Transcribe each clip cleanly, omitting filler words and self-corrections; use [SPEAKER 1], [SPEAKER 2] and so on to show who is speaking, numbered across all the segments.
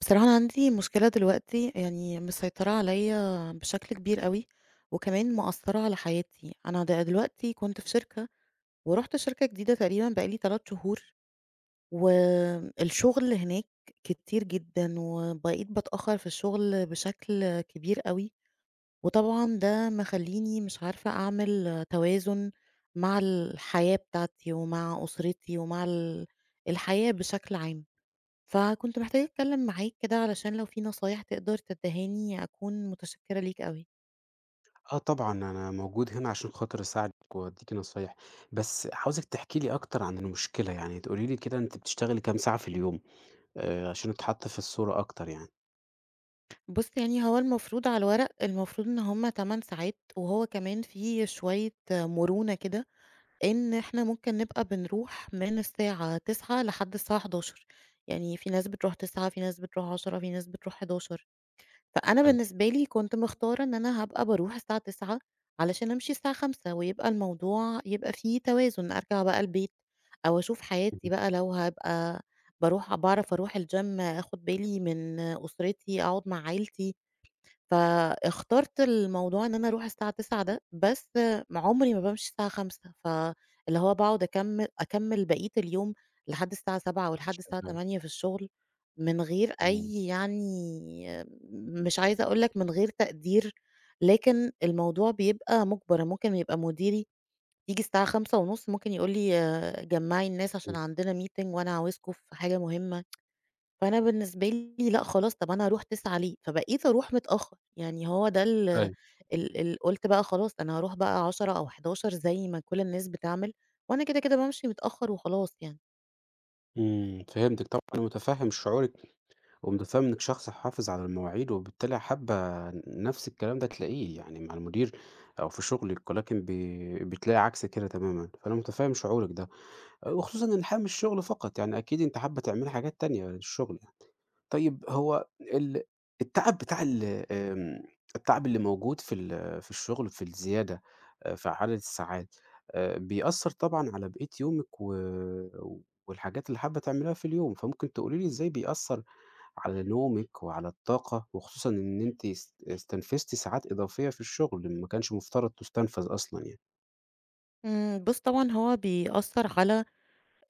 [SPEAKER 1] بصراحة أنا عندي مشكلة دلوقتي يعني مسيطرة عليّا بشكل كبير أوي، وكمان مأثّرة على حياتي. أنا دلوقتي كنت في شركة، ورُحت شركة جديدة تقريبًا بقى لي 3 شهور، والشغل هناك كتير جدًا، وبقيت باتأخّر في الشغل بشكل كبير أوي، وطبعًا ده مخلّيني مش عارفة أعمل توازن مع الحياة بتاعتي، ومع أسرتي، ومع الحياة بشكل عام. فكنت محتاجة أتكلم معاك كده علشان لو في نصايح تقدر تدهاني أكون متشكرة ليك أوي.
[SPEAKER 2] آه طبعًا، أنا موجود هنا عشان خاطر أساعدِك وأدّيكِ نصايح، بس عاوزِك تحكي لي أكتر عن المشكلة، يعني تقولي لي كده أنتِ بتشتغلي كام ساعة في اليوم، عشان أتحط في الصورة أكتر يعني؟
[SPEAKER 1] بُص يعني هو المفروض على الورق المفروض إن هُم 8 ساعات، وهو كمان في شوية مرونة كده، إن إحنا ممكن نبقى بنروح من الساعة 09:00 لحد الساعة 11:00، يعني في ناس بتروح 09:00، في ناس بتروح 10:00، في ناس بتروح 11:00. فأنا
[SPEAKER 2] حلو.
[SPEAKER 1] بالنسبة لي كنت مختارة إن أنا هابقى باروح الساعة 09:00 علشان أمشي الساعة 17:00 ويبقى الموضوع يبقى فيه توازن، أرجع بقى البيت أو أشوف حياتي
[SPEAKER 2] اهم.
[SPEAKER 1] بقى لو هابقى باروح، باعرف أروح الgym، آخد بالي من أسرتي، أقعد مع عيلتي. فاخترت الموضوع إن أنا أروح الساعة 09:00 ده، بس عمري ما بامشي الساعة 17:00، فاللي هو باقعد أكمل بقية اليوم لحد الساعة 19:00 أو لحد الساعة
[SPEAKER 2] شغّال.
[SPEAKER 1] 20:00 في الشغل، من غير
[SPEAKER 2] إمم.
[SPEAKER 1] أي يعني مش عايزة أقول لك من غير تقدير، لكن الموضوع بيبقى مُجبَر، ممكن يبقى مديري ييجي الساعة 17:30، ممكن يقول لي جمّعي الناس عشان
[SPEAKER 2] إمم.
[SPEAKER 1] عندنا meeting وأنا عاوزكم في حاجة مهمة. فأنا بالنسبة لي لأ خلاص، طب أنا هاروح 09:00 ليه؟ فبقيت أروح متأخر، يعني هو ده ال
[SPEAKER 2] أيوه.
[SPEAKER 1] ال ال قُلت بقى خلاص أنا هاروح بقى 10:00 أو 11:00 زي ما كل الناس بتعمل، وأنا كده، كده بامشي متأخر وخلاص يعني.
[SPEAKER 2] فهمتِك طبعًا، أنا متفهم شعورِك ومتفهم إنِّك شخص حافظ على المواعيد، وبالتالي حابة نفس الكلام ده تلاقيه يعني مع المدير أو في شغلِك، ولكن بتلاقي عكس كده تمامًا، فأنا متفهم شعورِك ده، وخصوصًا إن الحقيقة مش شغل فقط، يعني أكيد أنتِ حابة تعملي حاجات تانية غير الشغل. طيب هو التعب بتاع ال آمم، التعب اللي موجود في الشغل في الزيادة في عدد الساعات بيأثّر طبعًا على بقية يومِك والحاجات اللي حابة تعمليها في اليوم، فممكن تقولي لي إزاي بيأثّر على نومِك وعلى الطاقة، وخصوصًا إن أنتِ استنفذتِ ساعات إضافية في الشغل ما كانش مفترض تُستنفذ أصلًا يعني.
[SPEAKER 1] بُص طبعًا هو بيأثّر على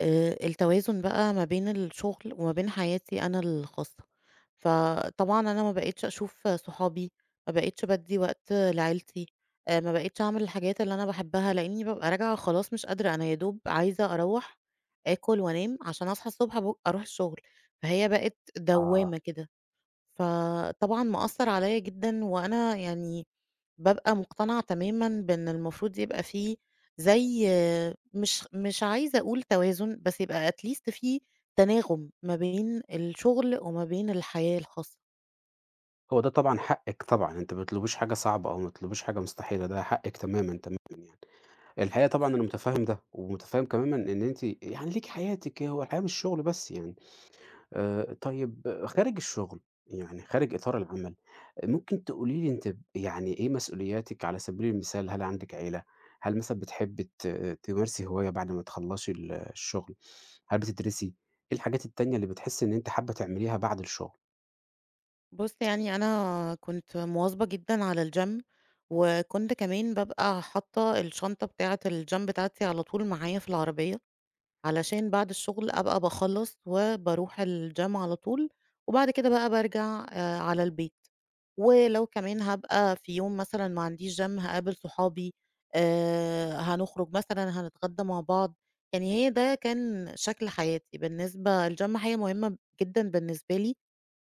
[SPEAKER 1] التوازن بقى ما بين الشغل وما بين حياتي أنا الخاصة. فطبعًا أنا ما بقيتش أشوف صحابي، ما بقيتش بادّي وقت لعيلتي، ما بقيتش أعمل الحاجات اللي أنا باحبها، لإنّي بابقى راجعة خلاص مش قادرة، أنا يا دوب عايزة أروّح آكل وأنام عشان أصحى الصبح أروح الشغل، فهي بقت
[SPEAKER 2] آه،
[SPEAKER 1] دوّامة كده. فطبعًا مأثّر عليّا جدًا، وأنا يعني بابقى مقتنعة تمامًا بإن المفروض يبقى في زي، مش عايزة أقول توازن، بس يبقى at least في تناغم ما بين الشغل وما بين الحياة الخاصة.
[SPEAKER 2] هو ده طبعًا حقِّك طبعًا، أنتِ ما تطلبيش حاجة صعبة أو ما تطلبيش حاجة مستحيلة، ده حقِّك تمامًا، تمامًا يعني. الحقيقة طبعًا أنا مُتفهِّم ده، ومُتفهِّم كمامًا إن أنتِ يعني ليكِ حياتِك، هو الحياة مش شُغل بس يعني. طيب آه، خارج الشُغل، يعني خارج إطار العمل، آه، ممكن تقولي لي أنتِ يعني إيه مسؤولياتِك على سبيل المثال، هل عندِك عيلة؟ هل مثلًا بتحبّي تمارسي هواية بعد ما تخلّصي الشُغل؟ هل بتدرسي؟ إيه الحاجات التانية اللي بتحسّي إن أنتِ حابّة تعمليها بعد الشُغل؟
[SPEAKER 1] بُص، يعني أنا كنت مواظبة جدًا على الgym، وكنت كمان بابقى حاطة الشنطة بتاعة الgym بتاعتي على طول معايا في العربية، علشان بعد الشغل أبقى باخلّص وباروح الgym على طول، وبعد كده بقى بارجع على البيت. ولو كمان هابقى في يوم مثلًا ما عنديش gym هاقابل صحابي، هنخرج مثلًا، هنتغدى مع بعض. يعني هي ده كان شكل حياتي، بالنسبة الgym حاجة مهمة جدًا بالنسبة لي،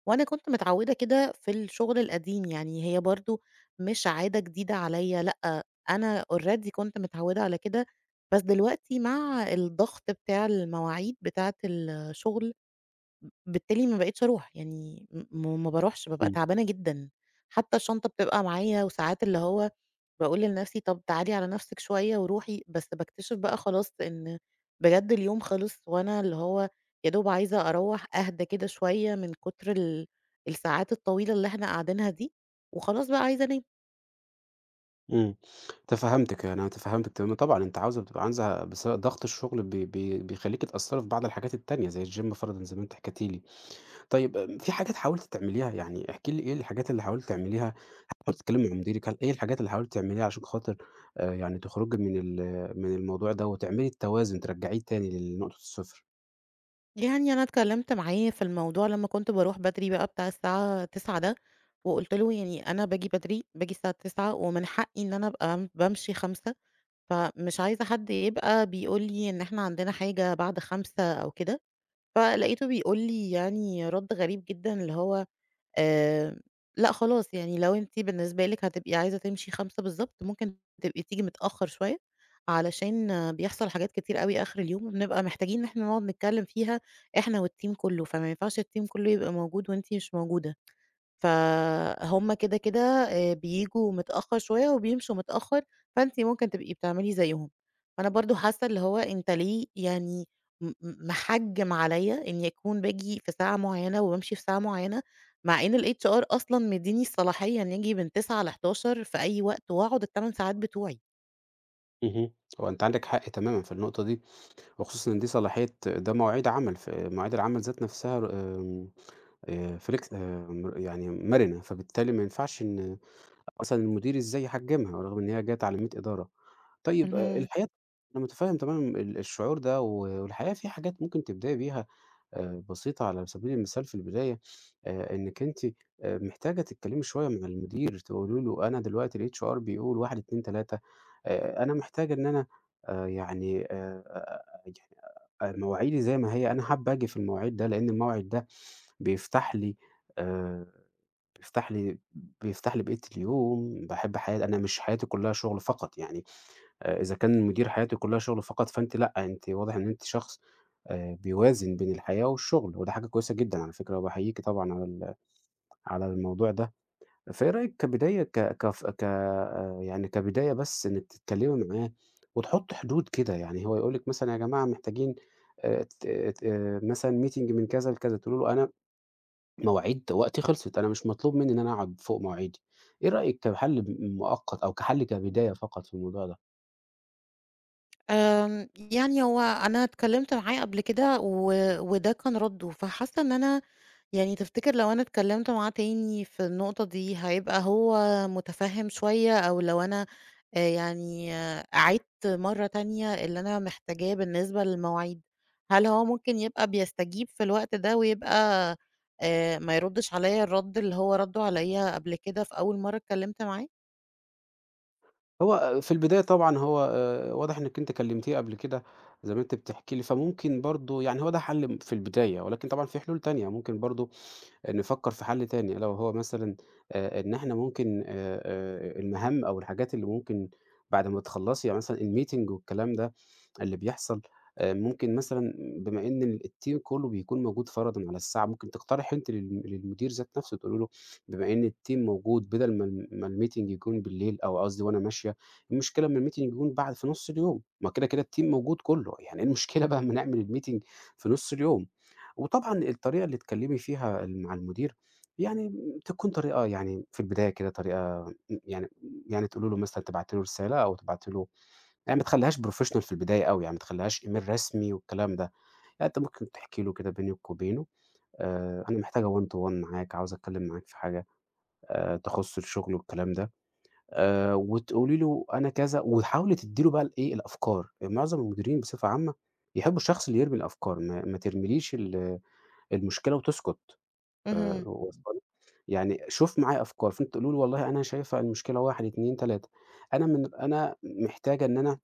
[SPEAKER 1] وأنا كنت متعودة كده في الشغل القديم، يعني هي برضه مش عادة جديدة عليّا، لأ، أنا already كنت متعودة على كده، بس دلوقتي مع الضغط بتاع المواعيد بتاعة الشغل، بالتالي ما بقيتش أروح، يعني ما باروحش، بابقى تعبانة جدًا، حتى الشنطة بتبقى معايا، وساعات اللي هو باقول لنفسي طب تعالي على نفسِك شوية وروحي، بس باكتشف بقى خلاص إن بجد اليوم خلص، وأنا اللي هو يا دوب عايزة أروّح أهدى كده شوية من كتر الساعات الطويلة اللي إحنا قاعدينها دي، وخلاص بقى عايزة أنام.
[SPEAKER 2] إمم، تفهّمتِك، يعني أنا تفهّمتِك تمامًا، طبعًا أنتِ عاوزة بتبقى عايزة بس ضغط الشغل بي بي بيخلّيكِ تأثّري في بعض الحاجات التانية زي الgym فرضًا زي ما أنتِ حكيتِ لي، طيب في حاجات حاولتِ تعمليها؟ يعني احكي لي إيه الحاجات اللي حاولتِ تعمليها، حاولتِ تتكلمي مع مديرِك، هل إيه الحاجات اللي حاولتِ تعمليها عشان خاطر يعني تخرجي من من الموضوع ده وتعملي التوازن ترجعيه تاني لنقطة الصفر؟
[SPEAKER 1] يعني أنا اتكلمت معاه في الموضوع لمّا كنت باروح بدري بقى بتاع الساعة 09:00 ده، وقُلت له يعني أنا باجي بدري، باجي الساعة 09:00 ومن حقي إن أنا أبقى بامشي 17:00، فمش عايزة حد يبقى بيقول لي إن إحنا عندنا حاجة بعد 17:00 أو كده. فلقيته بيقول لي يعني رد غريب جدًا اللي هو آآ لأ خلاص، يعني لو أنتِ بالنسبة لِك هتبقي عايزة تمشي 17:00 بالضبط، ممكن تبقي تيجي متأخر شوية، علشان بيحصل حاجات كتير أوي آخر اليوم، بنبقى محتاجين إن إحنا نقعد نتكلم فيها إحنا والteam كله، فما ينفعش الteam كله يبقى موجود وأنتِ مش موجودة. فهُم كده، كده بييجوا متأخّر شوية وبيمشوا متأخّر، فأنتِ ممكن تبقي بتعملي زيّهم. فأنا برضه حاسّة اللي هو أنت ليه يعني م م محجّم عليّا إنّي أكون باجي في ساعة معيّنة وبامشي في ساعة معيّنة، مع إن الHR أصلًا مدّيني الصلاحية إنّي آجي من 09:00 ل11:00 في أي وقت وأقعد ال8 ساعات بتوعي.
[SPEAKER 2] اهم. هو أنتِ عندِك حق تمامًا في النقطة دي، وخصوصًا إن دي صلاحية ده مواعيد عمل، في مواعيد العمل ذات نفسها آمم flex م يعني مرنة، فبالتالي ما ينفعش إن مثلًا المدير إزاي يحجمها، رغم إن هي جات على 100 إدارة. طيب
[SPEAKER 1] اهم.
[SPEAKER 2] الحقيقة أنا متفهم تمامًا الشعور ده، والحقيقة في حاجات ممكن تبدئي بيها بسيطة على سبيل المثال في البداية، إنِّك أنتِ محتاجة تتكلمي شوية مع المدير، تقولي له أنا دلوقتي الHR بيقول 1، 2، 3 أنا محتاجة إن أنا آآ يعني آآ يعني مواعيدي زي ما هي، أنا حابة آجي في المواعيد ده، لإن الموعد ده بيفتح لي آآ بيفتح لي بيفتح لي بقية اليوم، باحب حياتي أنا مش حياتي كلها شغل فقط يعني. إذا كان مدير حياتي كلّها شغل فقط، فأنتِ لأ، أنتِ واضح إن أنتِ شخص بيوازن بين الحياة والشغل، وده حاجة كويسة جدًا على فكرة، وباحييكِ طبعًا على على الموضوع ده. فإيه رأيِك كبداية ك كف ك يعني كبداية بس إنِّك تتكلّمي معاه وتحُطّي حدود كده، يعني هو يقول لِك مثلًا يا جماعة محتاجين ت ت آه، مثلًا meeting من كذا لكذا، تقولي له أنا مواعيد وقتي خلصت، أنا مش مطلوب منّي إن أنا أقعد فوق مواعيدي. إيه رأيِك كحل مؤقت أو كحل كبداية فقط في الموضوع ده؟
[SPEAKER 1] يعني هو أنا اتكلّمت معاه قبل كده وده كان رَدُّه، فحاسّة إن أنا يعني تفتكر لو أنا اتكلّمت معاه تاني في النقطة دي هيبقى هو مُتفهِّم شوية، أو لو أنا أعِدت مرّة تانية اللي أنا محتاجاه بالنسبة للمواعيد، هل هو ممكن يبقى بيستجيب في الوقت ده ويبقى ما يردّش عليّا الرَد اللي هو رَدّه عليّا قبل كده في أول مرّة اتكلّمت معاه؟
[SPEAKER 2] هو آه، في البداية طبعًا هو واضح إنِّك أنتِ كلمتيه قبل كده زي ما أنتِ بتحكي لي، فممكن برضه يعني هو ده حل في البداية، ولكن طبعًا في حلول تانية، ممكن برضه نفكّر في حل تاني، لو هو مثلًا إن إحنا ممكن المهام أو الحاجات اللي ممكن بعد ما تخلّصي يعني مثلًا الmeeting والكلام ده اللي بيحصل، ممكن مثلًا بما إن الteam كُلّه بيكون موجود فرضًا على الساعة، ممكن تقترحي أنتِ للمدير ذات نَفْسه تقولي له بما إن الteam موجود بدل ما ال ما الmeeting يكون بالليل أو قصدي وأنا ماشية، المشكلة أمّا الmeeting يكون بعد في نُص اليوم، ما كده، كده الteam موجود كُلّه، يعني إيه المشكلة بقى أمّا نعمل الmeeting في نُص اليوم؟ وطبعًا الطريقة اللي اتكلمي فيها مع المدير، يعني تكون طريقة يعني في البداية كده طريقة م يعني يعني تقولي له مثلًا تبعتي له رسالة أو تبعتي له يعني ما تخلّيهاش professional في البداية أوي، يعني ما تخلّيهاش إيميل رسمي والكلام ده، لأ أنتِ ممكن تحكي له كده بينِك وبينه، أنا محتاجة one to one معاك، عاوزة أتكلم معاك في حاجة تخُص الشغل والكلام ده، وتقولي له أنا كذا وحاولي تدّي له بقى الأفكار، يعني معظم المديرين بصفة عامة يحبوا الشخص اللي يرمي الأفكار، ما ترميليش المشكلة وتسكت.
[SPEAKER 1] اهم،
[SPEAKER 2] واصله لِك؟ يعني شوف معايا أفكار، فأنتِ تقولي له والله أنا شايفة المشكلة 1، 2، 3 أنا أنا محتاجة إن أنا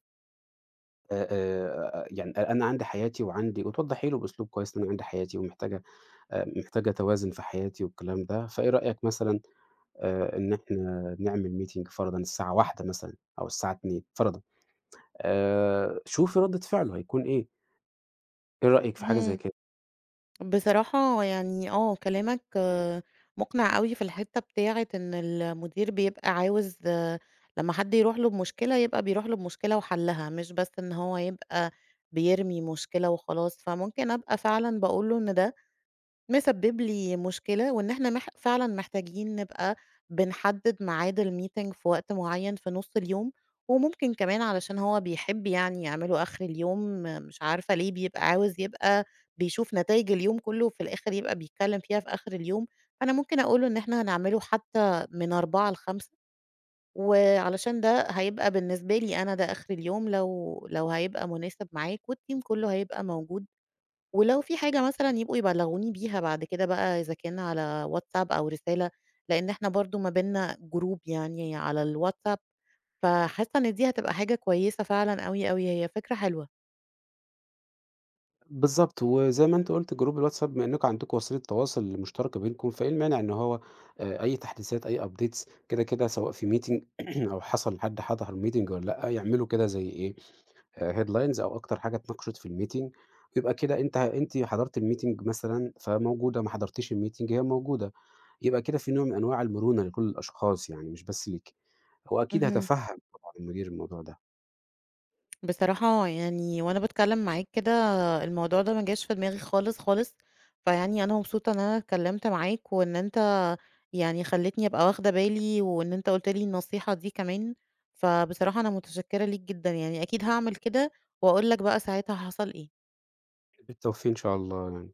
[SPEAKER 2] آآ يعني أ أنا عندي حياتي وعندي وتوضحي له بأسلوب كويس إن أنا عندي حياتي ومحتاجة محتاجة توازن في حياتي والكلام ده، فإيه رأيك مثلًا إن إحنا نعمل meeting فرضًا الساعة 13:00 مثلًا أو الساعة 14:00 فرضًا، شوفي ردة فعله هيكون إيه، إيه رأيك في حاجة زي
[SPEAKER 1] اهم.
[SPEAKER 2] كده؟
[SPEAKER 1] بصراحة يعني كلامك مقنع أوي في الحتّة بتاعة إن المدير بيبقى عاوز لمّا حد يروح له بمشكلة، يبقى بيروح له بمشكلة وحلّها، مش بس إن هو يبقى بيرمي مشكلة وخلاص، فممكن أبقى فعلًا باقول له إن ده مسبب لي مشكلة، وإن إحنا فعلًا محتاجين نبقى بنحدد ميعاد الmeeting في وقت معين في نُص اليوم، وممكن كمان علشان هو بيحب يعني يعمله آخر اليوم، مش عارفة ليه بيبقى عاوز يبقى بيشوف نتايج اليوم كله، وفي الآخر يبقى بيتكلم فيها في آخر اليوم، فأنا ممكن أقول له إن إحنا هنعمله حتى من 16:00 ل17:00، وعلشان ده هيبقى بالنسبة لي أنا ده آخر اليوم، لو هيبقى مناسب معاك، والteam كله هيبقى موجود. ولو في حاجة مثلًا يبقوا يبلّغوني بيها بعد كده بقى، إذا كان على WhatsApp أو رسالة، لإن إحنا برضه ما بيننا جروب يعني على الWhatsApp، فحاسة إن دي هتبقى حاجة كويسة فعلًا أوي، أوي، هي فكرة حلوة.
[SPEAKER 2] بالضبط، وزي ما أنت قُلت جروب الواتساب بما إنكم عندكم وسيلة تواصل مشتركة بينكم، فإيه المانع إن هو أي تحديثات، أي updates كده سواء في meeting أو حصل لحد حضَر meeting والّا لأ، يعملوا كده زي إيه، headlines أو أكتر حاجة اتناقشت في الmeeting، يبقى كده أنتِ حضرتِ الmeeting مثلًا فموجودة، ما حضرتيش الmeeting هي موجودة، يبقى كده في نوع من أنواع المرونة لكل الأشخاص يعني مش بس ليكِ، هو أكيد
[SPEAKER 1] اهم.
[SPEAKER 2] هيتفهَّم طبعًا المدير الموضوع ده،
[SPEAKER 1] بصراحة يعني وأنا باتكلّم معاك كده الموضوع ده ما جاش في دماغي خالص، خالص، فيعني أنا مبسوطة إن أنا اتكلّمت معاك، وإن أنت يعني خلّيتني أبقى واخدة بالي، وإن أنت قُلت لي النصيحة دي كمان، فبصراحة أنا متشكّرة ليك جدًا، يعني أكيد هاعمل كده وأقول لك بقى ساعتها حصل إيه.
[SPEAKER 2] بالتوفيق إن شاء الله يعني.